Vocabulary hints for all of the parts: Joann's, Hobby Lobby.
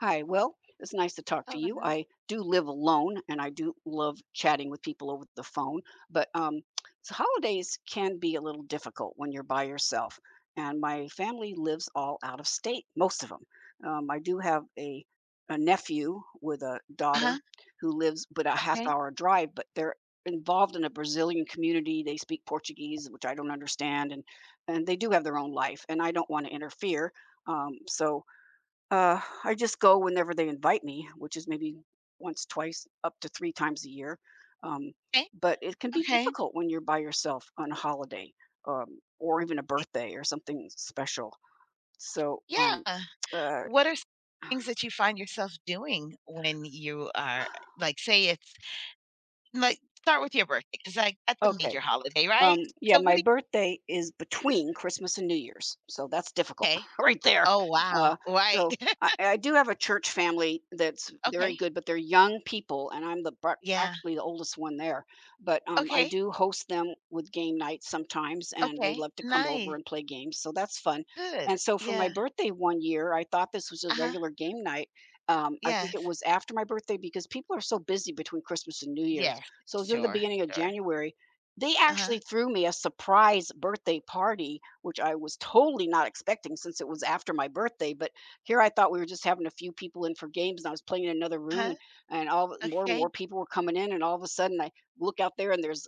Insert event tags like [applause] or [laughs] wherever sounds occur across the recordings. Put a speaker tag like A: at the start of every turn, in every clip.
A: Hi, well, it's nice to talk to
B: Oh, I
A: you.
B: love.
A: I do live alone and I do love chatting with people over the phone, but so holidays can be a little difficult when you're by yourself. And my family lives all out of state, most of them. I do have a nephew with a daughter
B: Uh-huh.
A: who lives but a half
B: Okay,
A: hour drive, but they're involved in a Brazilian community. They speak Portuguese, which I don't understand, and they do have their own life, and I don't want to interfere. Um, so, I just go whenever they invite me, which is maybe once, twice, up to three times a year. Um,
B: okay,
A: but it can be
B: okay.
A: difficult when you're by yourself on a holiday, or even a birthday or something special. So, um,
B: Yeah.
A: uh,
B: What are some things that you find yourself doing when you are, like, say it's, like, start with your birthday because, like, that's a
A: okay.
B: major holiday, right?
A: Yeah,
B: So what
A: my
B: do you
A: birthday is between Christmas and New Year's, so that's difficult
B: Okay.
A: [laughs] right there.
B: Oh,
A: Uh,
B: wow, right.
A: so
B: [laughs]
A: I, I do have a church family that's very
B: Okay.
A: good, but they're young people, and I'm the
B: Yeah.
A: practically the oldest one there. But I
B: Okay,
A: do host them with game nights sometimes, and they
B: okay,
A: love to come over
B: nice,
A: and play games, so that's fun.
B: good.
A: And so for my
B: Yeah.
A: birthday one year, I thought this was a
B: Uh-huh,
A: regular game night. I think it
B: yes,
A: was after my birthday because people are so busy between Christmas and New Year's.
B: yes,
A: So it was in the
B: sure,
A: beginning of
B: sure.
A: January they
B: Uh-huh,
A: actually threw me a surprise birthday party, which I was totally not expecting since it was after my birthday, but here I thought we were just having a few people in for games, and I was playing in another room,
B: uh-huh,
A: and all more and
B: okay.
A: more people were coming in, and all of a sudden I look out there and there's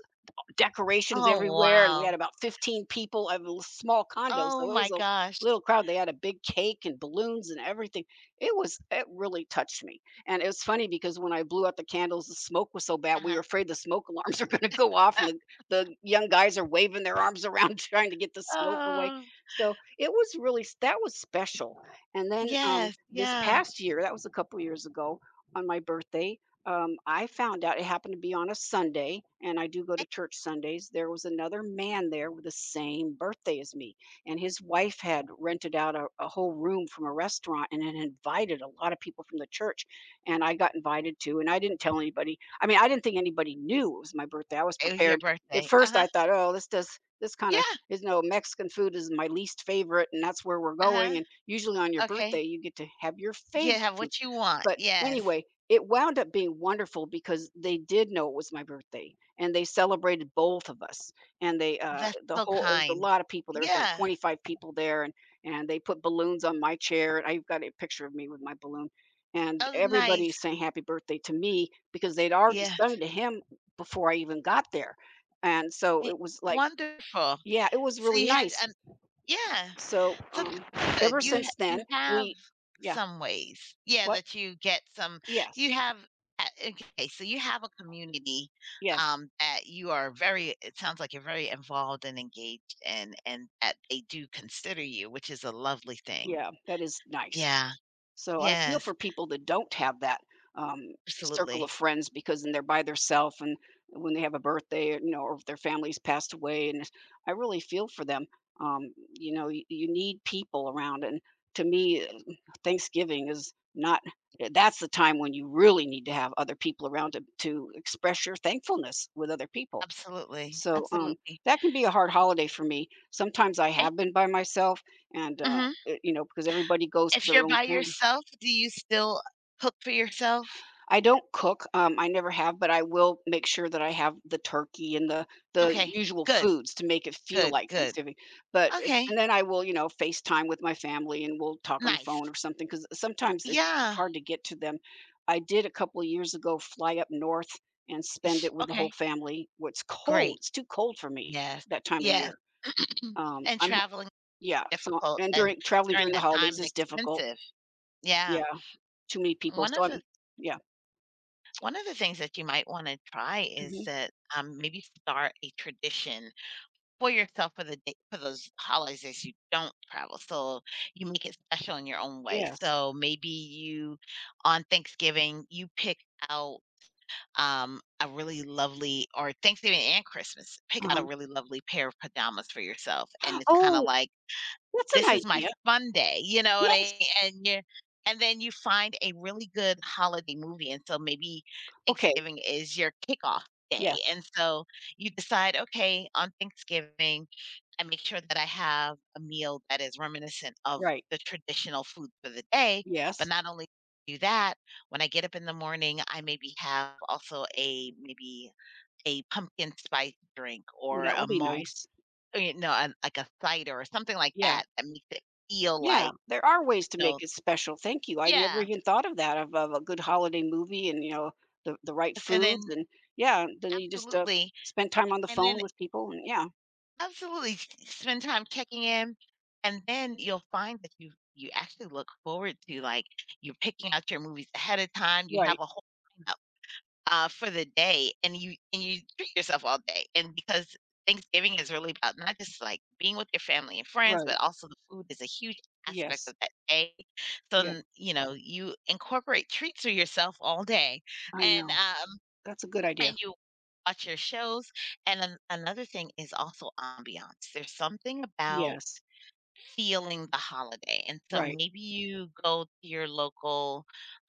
A: decorations
B: Oh,
A: everywhere, and we
B: wow.
A: had about 15 people. I have a small condo,
B: Oh
A: so it
B: my
A: was a
B: gosh.
A: little crowd. They had a big cake and balloons and everything. It really touched me. And it was funny because when I blew out the candles, the smoke was so bad. We were
B: Uh-huh.
A: afraid the smoke alarms [laughs] were going to go off, and the
B: [laughs]
A: the young guys are waving their arms around [laughs] trying to get the smoke away.
B: Oh.
A: So it was really that was special. And then
B: Yes,
A: this
B: yeah.
A: past year, that was a couple years ago on my birthday, I found out it happened to be on a Sunday, and I do go to church Sundays. There was another man there with the same birthday as me, and his wife had rented out a whole room from a restaurant and had invited a lot of people from the church. And I got invited too, and I didn't tell anybody. I mean, I didn't think anybody knew it was my birthday. I was
B: It was your
A: prepared. At
B: birthday.
A: first,
B: Uh-huh.
A: I thought, oh, this does this kind of
B: Yeah,
A: is no Mexican food is my least favorite, and that's where we're
B: uh-huh.
A: going. And usually on your
B: Okay.
A: birthday, you get to have your
B: Yeah,
A: favorite
B: have
A: foods.
B: what you want.
A: But
B: Yes.
A: anyway, it wound up being wonderful because they did know it was my birthday, and they celebrated both of us, and they,
B: That's
A: the
B: so
A: whole it was a
B: kind.
A: lot of people, there was, like,
B: Yeah.
A: 25 people there, and they put balloons on my chair, and I've got a picture of me with my balloon, and
B: Oh,
A: everybody
B: nice.
A: sang happy birthday to me because they'd already
B: Yeah.
A: sung to him before I even got there, and so
B: Eh,
A: it was like
B: Wonderful.
A: yeah, it was
B: So
A: really
B: you had
A: nice.
B: an Yeah.
A: So,
B: So that's good.
A: ever since then,
B: You have
A: we Yeah.
B: some ways. Yeah,
A: What?
B: that you get some.
A: Yes.
B: You have a, okay, so you have a community,
A: Yes.
B: that you are very, it sounds like you're very involved and engaged in, and that they do consider you, which is a lovely thing.
A: Yeah, that is nice.
B: Yeah.
A: So I feel
B: Yes.
A: for people that don't have that, um, circle of
B: Absolutely.
A: friends because then they're by themselves and when they have a birthday, or, you know, or if their family's passed away, I really feel for them. You know, you need people around, and to me, Thanksgiving is not. That's the time when you really need to have other people around to express your thankfulness with other people.
B: Absolutely.
A: So
B: Absolutely.
A: that can be a hard holiday for me. Sometimes I
B: Eh
A: have been by myself, and
B: mhm.
A: you know, because everybody goes to
B: If
A: their
B: you're
A: own
B: by
A: family.
B: yourself, do you still cook for yourself?
A: I don't cook, I never have, but I will make sure that I have the turkey and the
B: Okay.
A: usual
B: Good,
A: foods to make it feel
B: good,
A: like
B: good.
A: Thanksgiving, but it's
B: Okay.
A: and then I will, you know, FaceTime with my family, and we'll talk on the phone
B: Nice.
A: or something because sometimes it's
B: Yeah.
A: hard to get to them. I did a couple of years ago fly up north and spend
B: Ish,
A: it with the whole
B: okay.
A: family. Well, it's cold,
B: Great.
A: it's too cold for me
B: Yes.
A: that time of
B: Yes.
A: year.
B: Mm, and
A: I'm
B: traveling is
A: Yeah, so
B: difficult
A: and
B: and
A: during traveling
B: during
A: during the
B: that time
A: holidays
B: and
A: is difficult.
B: expensive. Yeah.
A: Yeah, too many people,
B: One
A: so
B: of
A: I'm
B: the
A: yeah,
B: One of the things that you might wanna try is
A: mhm,
B: that, maybe start a tradition for yourself for the day for those holidays you don't travel, so you make it special in your own way.
A: yes.
B: So maybe you, on Thanksgiving, you pick out, a really lovely, or Thanksgiving and Christmas, pick out a
A: Uh-huh.
B: really lovely pair of pajamas for yourself, and it's kinda
A: Oh,
B: like
A: that's an
B: this is my
A: idea.
B: fun day, you know what
A: Yes.
B: I, and you, and then you find a really good holiday movie, and so maybe
A: Okay,
B: Thanksgiving is your kickoff day,
A: yes,
B: and so you decide, "Okay, on Thanksgiving, I make sure that I have a meal that is reminiscent of
A: right,
B: the traditional food for the day," but
A: yes.
B: not only do that, when I get up in the morning, I maybe have also a, maybe a pumpkin spice drink
A: Well,
B: or
A: that
B: a
A: would be
B: mulled.
A: nice.
B: Oh, you know, like a cider or something like
A: Yeah,
B: that, that makes it feel,
A: yeah,
B: like,
A: there are
B: you
A: ways to make
B: know,
A: it special, thank you. I never
B: yeah,
A: even thought of that, of a good holiday movie and, you know, the right
B: and
A: foods
B: then
A: and yeah, then you just
B: absolutely,
A: spend time on the
B: and
A: phone
B: then
A: with people and yeah,
B: absolutely s spend time checking in, and then you'll find that you actually look forward to, like, you're picking out your movies ahead of time, you have
A: right,
B: a whole lineup, for the day, and you treat yourself all day, and because Thanksgiving is really about not just, like, being with your family and friends, but
A: right.
B: also the food is a huge aspect
A: Yes,
B: of that day. So,
A: yeah,
B: n you know, you incorporate treats for yourself all day,
A: I
B: and,
A: know.
B: um,
A: That's a good idea.
B: and you watch your shows, and an another thing is also ambiance. There's something about
A: Yes,
B: feeling the holiday, and so
A: right.
B: maybe you go to your local,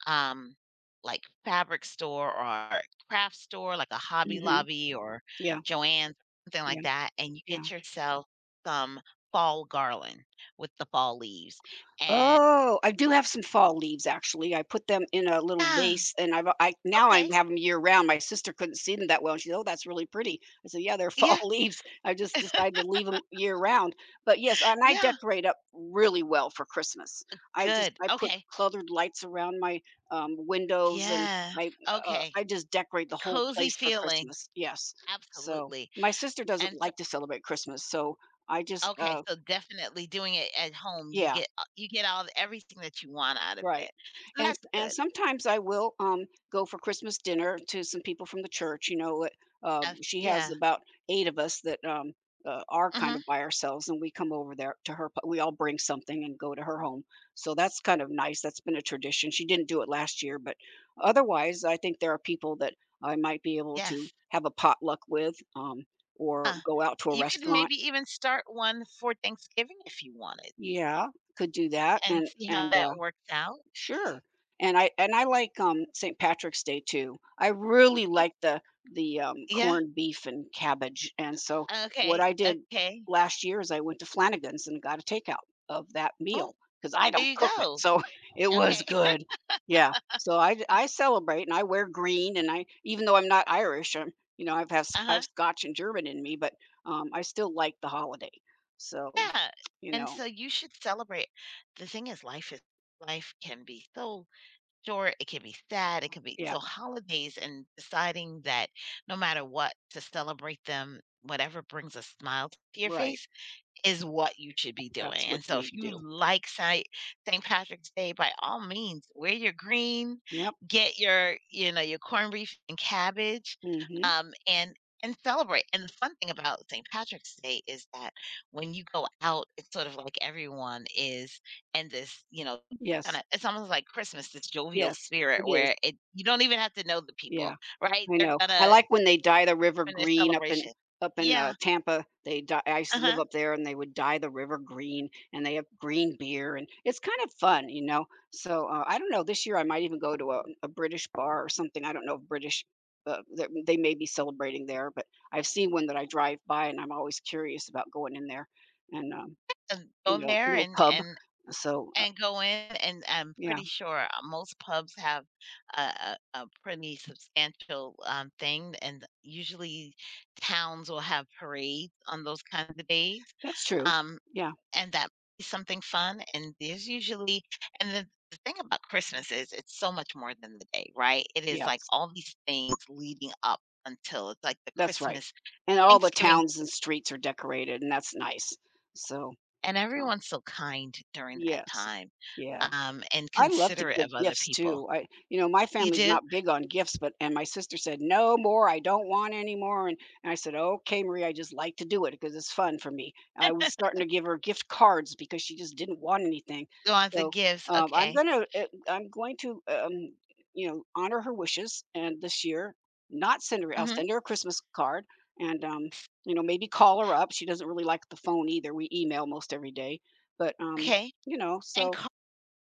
B: um, like, fabric store or craft store, like a Hobby
A: Mhm.
B: Lobby or
A: Yeah,
B: JOANN's, something
A: yeah,
B: like that, and you
A: yeah.
B: get yourself some fall garland with the fall leaves, and.
A: Oh, I do have some fall leaves, actually. I put them in a little
B: Ah,
A: vase, and I now I
B: okay.
A: have 'em year-round. My sister couldn't see them that well, and she said, "Oh, that's really pretty." I said, "Yeah, they're fall
B: Yeah.
A: [laughs] leaves. I just decided to leave them 'em year-round." But, yes, and I
B: Yeah,
A: decorate up really well for Christmas.
B: good.
A: I put
B: Okay.
A: colored lights around my windows, and
B: Yes.
A: I,
B: Okay.
A: I just decorate the whole
B: Cozy
A: place for
B: feeling.
A: Christmas, yes. So,
B: Absolutely.
A: my sister doesn't
B: And so,
A: like to celebrate Christmas, so I
B: okay, so definitely doing it at home, you
A: yeah.
B: get a you get all everything that you want out of
A: Right.
B: it. So
A: And s
B: that's
A: and
B: good.
A: sometimes I will, go for Christmas dinner to some people from the church, you know,
B: That's,
A: she has
B: yeah.
A: about eight of us that, are kind
B: Mhm.
A: of by ourselves, and we come over there to her pla we all bring something and go to her home. So that's kind of nice, that's been a tradition, she didn't do it last year, but otherwise, I think there are people that I might be able to
B: Yes.
A: have a potluck with, or
B: Huh.
A: go out to a
B: You could
A: restaurant.
B: maybe even start one for Thanksgiving if you wanted
A: Yeah, could do that,
B: and see how that works out.
A: sure. And I like, St. Patrick's Day too. I really
B: Eh,
A: like the,
B: Yeah.
A: corned beef and cabbage, and so what
B: Okay.
A: I did
B: Okay.
A: last year is I went to Flanagan's and got a takeout of that
B: Oh,
A: meal because I
B: there
A: don't
B: you
A: cook it,
B: go.
A: so [laughs] it was
B: Okay.
A: good.
B: [laughs]
A: Yeah. So I celebrate and I wear green and I even though I'm not Irish, I'm you know, I've have Sc I've
B: Uh-huh.
A: Scotch and German in me, but, I still like the holiday. So,
B: Yeah,
A: you
B: and
A: know
B: so you should celebrate. The thing is life is, life can be so short, it can be sad, it can be
A: yeah,
B: so holidays and deciding that no matter what, to celebrate them, whatever brings a smile to your
A: right.
B: face is what you should be doing.
A: That's
B: And
A: what you
B: so if
A: need to
B: you
A: do.
B: like St. Patrick's Day, by all means, wear your green,
A: Yep.
B: get your, you know, your corned beef and cabbage,
A: Mhm.
B: um, and and celebrate. And the fun thing about St. Patrick's Day is that when you go out, it's sort of like everyone is in this, you know, kind
A: Yes,
B: of it's almost like Christmas, this jovial
A: yes, it
B: spirit
A: is.
B: where it you don't even have to know the
A: Yeah,
B: people, right?
A: I
B: They're
A: know. I
B: gonna
A: like when they dye the river
B: in their
A: green up in
B: celebration.
A: up in,
B: Yeah.
A: Tampa. They dye I used to live
B: Uh-huh.
A: up there, and they would dye the river green, and they have green beer, and it's kind of fun, you know? So, I don't know, this year I might even go to a British bar or something. I don't know if British, th they may be celebrating there, but I've seen one that I drive by, and I'm always curious about going in there and,
B: And
A: you
B: go
A: know,
B: there
A: little
B: and
A: pub.
B: and
A: So, uh,
B: And go in, and I'm
A: yeah,
B: pretty sure, most pubs have a pretty substantial, thing, and usually towns will have parades on those kinds of days,
A: that's true.
B: um,
A: Yeah,
B: and that is something fun, and there's usually and the thing about Christmas is it's so much more than the day, right? It is, like,
A: yes.
B: all these things leading up until it's, like, the
A: That's right,
B: Christmas,
A: and all the
B: Thanksgiving,
A: towns and streets are decorated, and that's nice. So,
B: and
A: uh
B: everyone's so kind during that
A: yes.
B: time,
A: Yeah.
B: and
A: I love to
B: considerate
A: give
B: of other
A: gifts
B: people.
A: too. I You know, my
B: You
A: family's
B: do?
A: not big on gifts, but and my sister said, "No more, I don't want any more," and I said, "Okay, Marie, I just like to do it because it's fun for me." I was starting to give her gift cards because she just didn't want anything.
B: Go on the
A: So,
B: gives,
A: I'm
B: okay.
A: gonna I'm going to, you know, honor her wishes and this year not send her I'll
B: Mhm.
A: send her a Christmas card and, you know, maybe call her up. She doesn't really like the phone either. We email most every day, but
B: Okay,
A: you know,
B: and
A: so
B: cards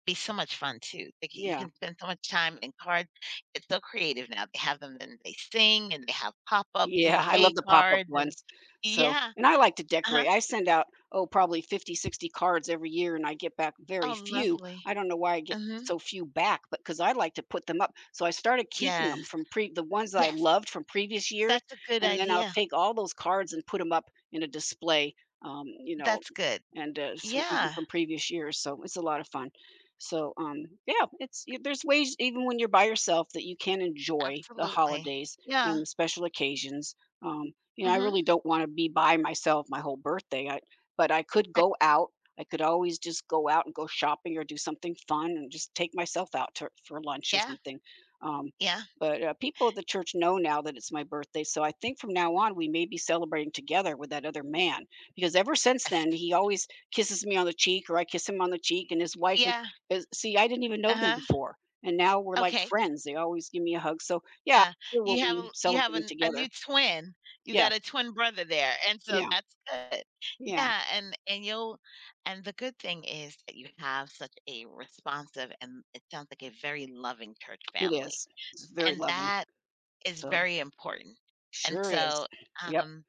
B: be so much fun too. Like, you
A: yeah.
B: can spend so much time in cards. It's so creative now. They have them and they sing and they have pop-up
A: Yeah, I
B: bouquet
A: love the pop-up
B: cards and
A: ones. So
B: yeah,
A: and I like to
B: uh-huh.
A: decorate. I send out, oh, probably 50, 60 cards every year, and I get back very
B: Oh,
A: few.
B: lovely.
A: I don't know why I get
B: Mhm.
A: so few back, but because I like to put them up. So I started keeping them
B: Yes,
A: from pre the ones that I
B: yes,
A: loved from previous years,
B: that's a good
A: and then I'll
B: idea.
A: take all those cards and put them up in a display, you know,
B: That's good.
A: and some even
B: Yeah,
A: from previous years. So it's a lot of fun. So yeah, there's ways even when you're by yourself that you can enjoy the
B: absolutely.
A: holidays and
B: Yeah,
A: with special occasions. You know, I really
B: mhm.
A: don't want to be by myself my whole birthday. But I could
B: I
A: go out. I could always just go out and go shopping or do something fun and just take myself out for lunch or
B: yeah,
A: something. Um,
B: yeah.
A: but People at the church know now that it's my birthday, so I think from now on we may be celebrating together with that other man because ever since then
B: Yes.
A: he always kisses me on the cheek or I kiss him on the cheek and his wife and
B: Yeah,
A: is, see I didn't even know them
B: uh-huh.
A: before and now we're like
B: Okay.
A: friends. They always give me a hug. So yeah,
B: Yeah,
A: we will
B: you have
A: be
B: a you have
A: celebrating
B: an a
A: together.
B: new twin. You
A: Yeah,
B: got a twin brother there, and so
A: yeah,
B: that's good.
A: yeah,
B: Yeah, and you'll and the good thing is that you have such a responsive and it sounds like a very loving church
A: it
B: family,
A: is. It's very
B: and
A: loving.
B: that is
A: So,
B: very important. And
A: sure
B: so,
A: is. Yep.
B: um,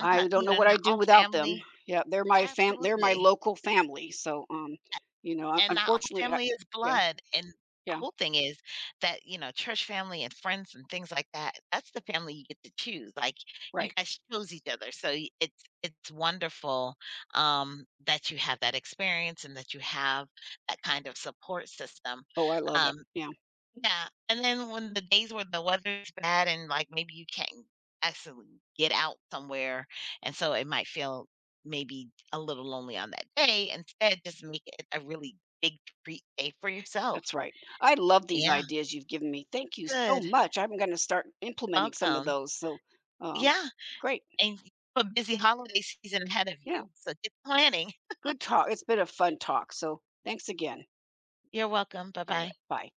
A: I don't
B: you
A: know
B: know,
A: what
B: not
A: I'd do
B: all
A: without them.
B: family
A: Yeah, they're my fam they're my
B: absolutely.
A: local family. So, you know, un
B: And not all
A: unfortunately, I
B: family is
A: yeah,
B: blood, and
A: yeah,
B: cool thing is that, you know, church family and friends and things like that, that's the family you get to choose, like, you
A: right.
B: guys chose each other, so y it's wonderful, that you have that experience and that you have that kind of support system,
A: Oh, I love it.
B: um,
A: Yeah,
B: yeah, and then when the days where the weather's bad and, like, maybe you can't actually get out somewhere, and so it might feel maybe a little lonely on that day, instead, just make it a really big treat day for yourself.
A: that's right. I love these
B: Yeah,
A: ideas you've given me. Thank you so
B: good,
A: much. I'm gonna start implementing some of
B: welcome.
A: those. So, um,
B: Yeah,
A: great.
B: and you have a busy holiday season ahead of
A: Yeah,
B: you, so get planning.
A: good talk. It's been a fun talk. So, thanks again.
B: You're welcome,
A: All right.
B: bye-bye.
A: Bye.